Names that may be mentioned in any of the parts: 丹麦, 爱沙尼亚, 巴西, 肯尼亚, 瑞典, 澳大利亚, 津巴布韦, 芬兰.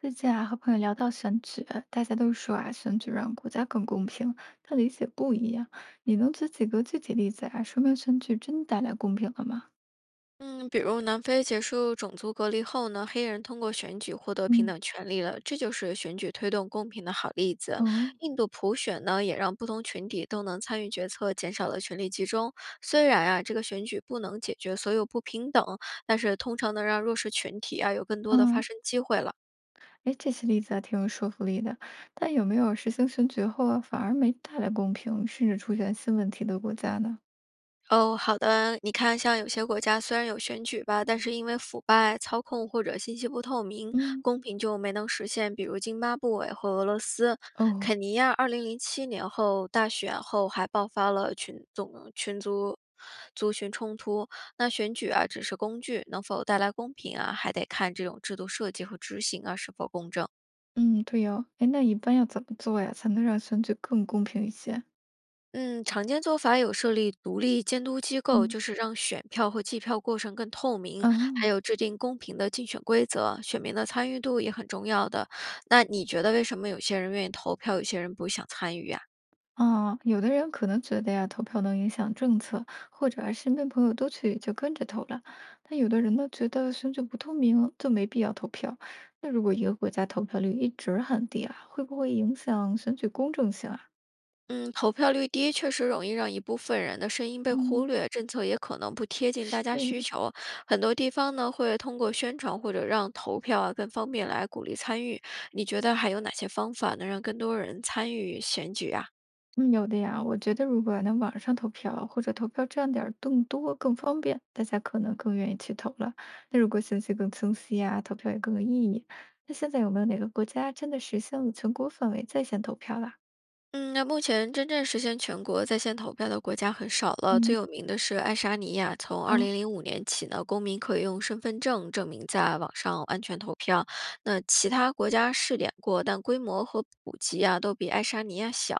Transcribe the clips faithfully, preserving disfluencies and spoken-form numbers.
最近啊，和朋友聊到选举，大家都说啊，选举让国家更公平，但理解不一样。你能举几个具体例子啊，说明选举真带来公平了吗？嗯，比如南非结束种族隔离后呢，黑人通过选举获得平嗯，等权利了，这就是选举推动公平的好例子。哦，印度普选呢，也让不同群体都能参与决策，减少了权力集中。虽然啊，这个选举不能解决所有不平等，但是通常能让弱势群体啊有更多的发嗯，声机会了。哎，这些例子啊，挺有说服力的。但有没有实行选举后啊，反而没带来公平，甚至出现新问题的国家呢？哦，好的。你看，像有些国家虽然有选举吧，但是因为腐败、操控或者信息不透明，嗯，公平就没能实现。比如津巴布韦和俄罗斯、哦，肯尼亚，二零零七年后大选后还爆发了群总群族族群冲突。那选举啊，只是工具，能否带来公平啊，还得看这种制度设计和执行啊是否公正。嗯，对哦，哎，那一般要怎么做呀，才能让选举更公平一些？嗯，常见做法有设立独立监督机构，嗯，就是让选票和计票过程更透明，哦。还有制定公平的竞选规则，选民的参与度也很重要的。那你觉得为什么有些人愿意投票，有些人不想参与呀？啊，有的人可能觉得呀，投票能影响政策，或者啊身边朋友都去就跟着投了。但有的人呢，觉得选举不透明，就没必要投票。那如果一个国家投票率一直很低啊，会不会影响选举公正性啊？嗯，投票率低确实容易让一部分人的声音被嗯，忽略，政策也可能不贴近大家需是，求。很多地方呢会通过宣传或者让投票啊更方便来鼓励参与。你觉得还有哪些方法能让更多人参与选举啊？嗯，有的呀。我觉得如果能网上投票或者投票站点儿更多更方便，大家可能更愿意去投了。那如果信息更清晰啊，投票也更有意义。那现在有没有哪个国家真的实现了全国范围在线投票了？嗯，那目前真正实现全国在线投票的国家很少了。最嗯，有名的是爱沙尼亚，从二哦，零零五年起呢，公民可以用身份证证明在网上安全投票。那其他国家试点过，但规模和普及啊都比爱沙尼亚小。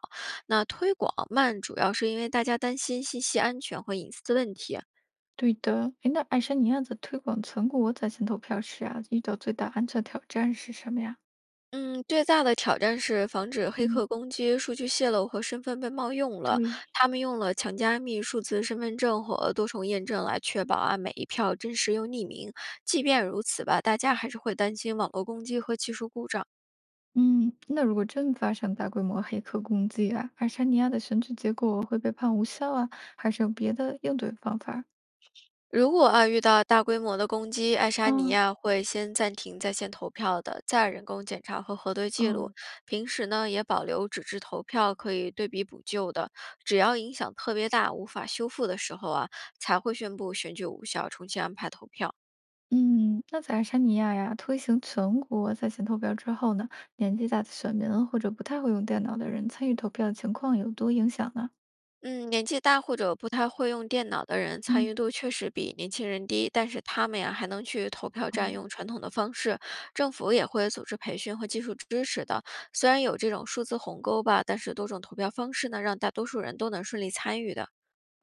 那推广慢，主要是因为大家担心信息安全和隐私问题。对的。哎，那爱沙尼亚在推广全国在线投票时啊，遇到最大安全挑战是什么呀？嗯，最大的挑战是防止黑嗯，客攻击、数据泄露和身份被冒用了。对，他们用了强加密、数字身份证和多重验证来确保啊每一票真实又匿名。即便如此吧，大家还是会担心网络攻击和技术故障。嗯，那如果真发生大规模黑客攻击啊，爱沙尼亚的选举结果会被判无效啊，还是有别的应对方法如果啊遇到大规模的攻击，爱沙尼啊，亚会先暂停在线投票的，再人工检查和核对记录。哦，平时呢也保留纸质投票，可以对比补救的。只要影响特别大、无法修复的时候啊，才会宣布选举无效，重新安排投票。嗯，那在爱沙尼亚呀，推行全国在线投票之后呢，年纪大的选民或者不太会用电脑的人参与投票的情况有多影响呢？嗯，年纪大或者不太会用电脑的人，参嗯。与度确实比年轻人低，但是他们呀还能去投票站哦。用传统的方式，政府也会组织培训和技术支持的。虽然有这种数字鸿沟吧，但是多种投票方式呢，让大多数人都能顺利参与的。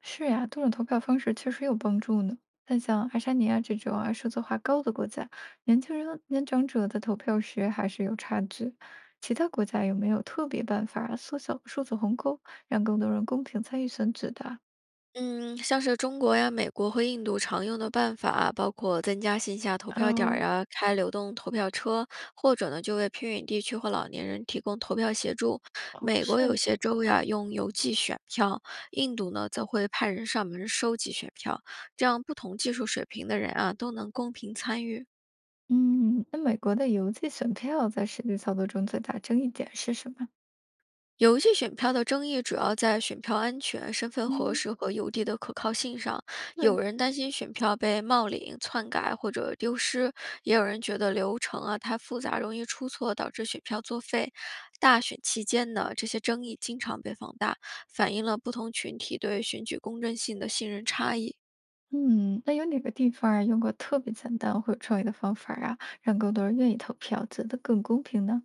是呀，多种投票方式确实有帮助呢。但像爱沙尼亚这种啊数字化高的国家，年轻人、年长者的投票时还是有差距。其他国家有没有特别办法缩小数字鸿沟，让更多人公平参与选举的？嗯，像是中国呀、美国和印度常用的办法啊，包括增加线下投票点儿哦呀、开流动投票车，或者呢就为偏远地区或老年人提供投票协助。哦，美国有是，些州呀用邮寄选票，印度呢则会派人上门收集选票，这样不同技术水平的人啊都能公平参与。嗯，那美国的邮寄选票在实际操作中最大争议点是什么？邮寄选票的争议主要在选票安全、身份核嗯，实和邮递的可靠性上。有是，人担心选票被冒领、篡改或者丢失，也有人觉得流程啊太复杂，容易出错，导致选票作废。大选期间呢，这些争议经常被放大，反映了不同群体对选举公正性的信任差异。嗯，那有哪个地方儿用过特别简单或有创意的方法儿啊，让更多人愿意投票，觉得更公平呢？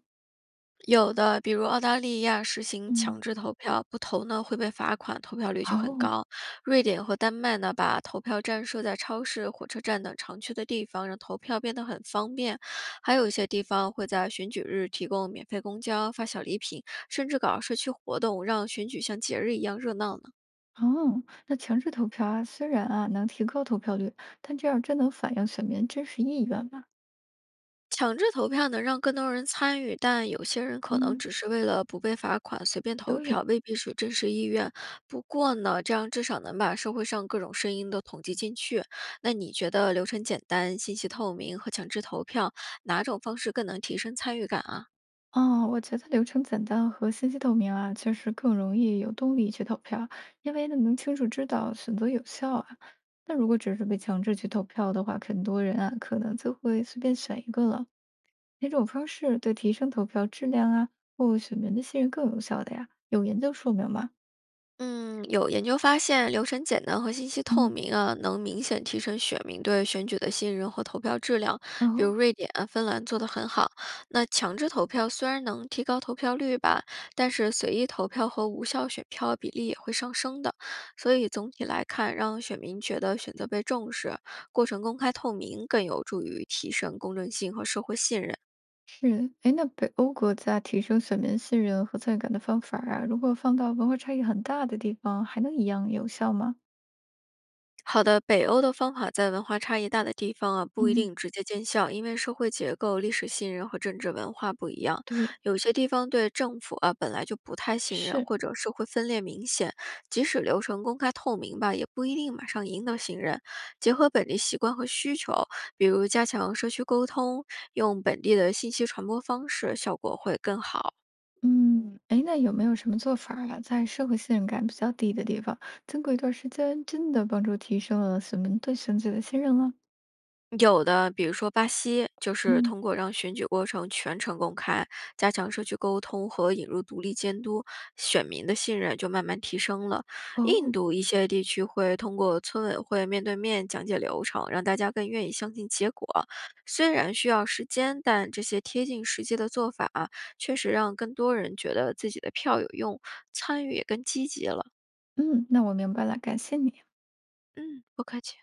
有的，比如澳大利亚实行强嗯。制投票，不投呢会被罚款，投票率就很哦高。瑞典和丹麦呢，把投票站设在超市、火车站等常去的地方，让投票变得很方便。还有一些地方会在选举日提供免费公交、发小礼品，甚至搞社区活动，让选举像节日一样热闹呢。哦，那强制投票啊，虽然啊能提高投票率，但这样真能反映选民真实意愿吗？强制投票能让更多人参与，但有些人可能嗯，只是为了不被罚款随便投一票，对，未必是真实意愿。不过呢，这样至少能把社会上各种声音都统计进去。那你觉得流程简单、信息透明和强制投票哪种方式更能提升参与感啊？哦，我觉得流程简单和信息透明啊，确实更容易有动力去投票，因为呢能清楚知道选择有效啊。那如果只是被强制去投票的话，很多人啊可能就会随便选一个了。哪种方式对提升投票质量啊，或选民的信任更有效的呀？有研究说明吗？嗯，有研究发现，流程简单和信息透嗯，明啊，能明显提升选民对选举的信任和投票质量。比如哦。瑞典啊芬兰做得很好。那强制投票虽然能提高投票率吧，但是随意投票和无效选票比例也会上升的。所以总体来看，让选民觉得选择被重视，过程公开透明，更有助于提升公正性和社会信任。是，哎，那北欧国家提升选民信任和参与感的方法儿啊，如果放到文化差异很大的地方，还能一样有效吗？好的，北欧的方法在文化差异大的地方啊，不一嗯，定直接见效，因为社会结构、历史信任和政治文化不一样。对，有些地方对政府啊本来就不太信任，是。或者社会分裂明显，即使流程公开透明吧，也不一定马上赢得信任。结合本地习惯和需求，比如加强社区沟通，用本地的信息传播方式，效果会更好。嗯，哎，那有没有什么做法儿啊，在社会信任感比较低的地方，经过一段时间，真的帮助提升了选民对选举的信任了？有的，比如说巴西，就是嗯，通过让选举过程全程公开，加强社区沟通和引入独立监督，选民的信任就慢慢提升了。印哦，度一些地区会通过村委会面对面讲解流程，让大家更愿意相信结果。虽然需要时间，但这些贴近实际的做法啊确实让更多人觉得自己的票有用，参与也更积极了。嗯，那我明白了，感谢你。嗯，不客气。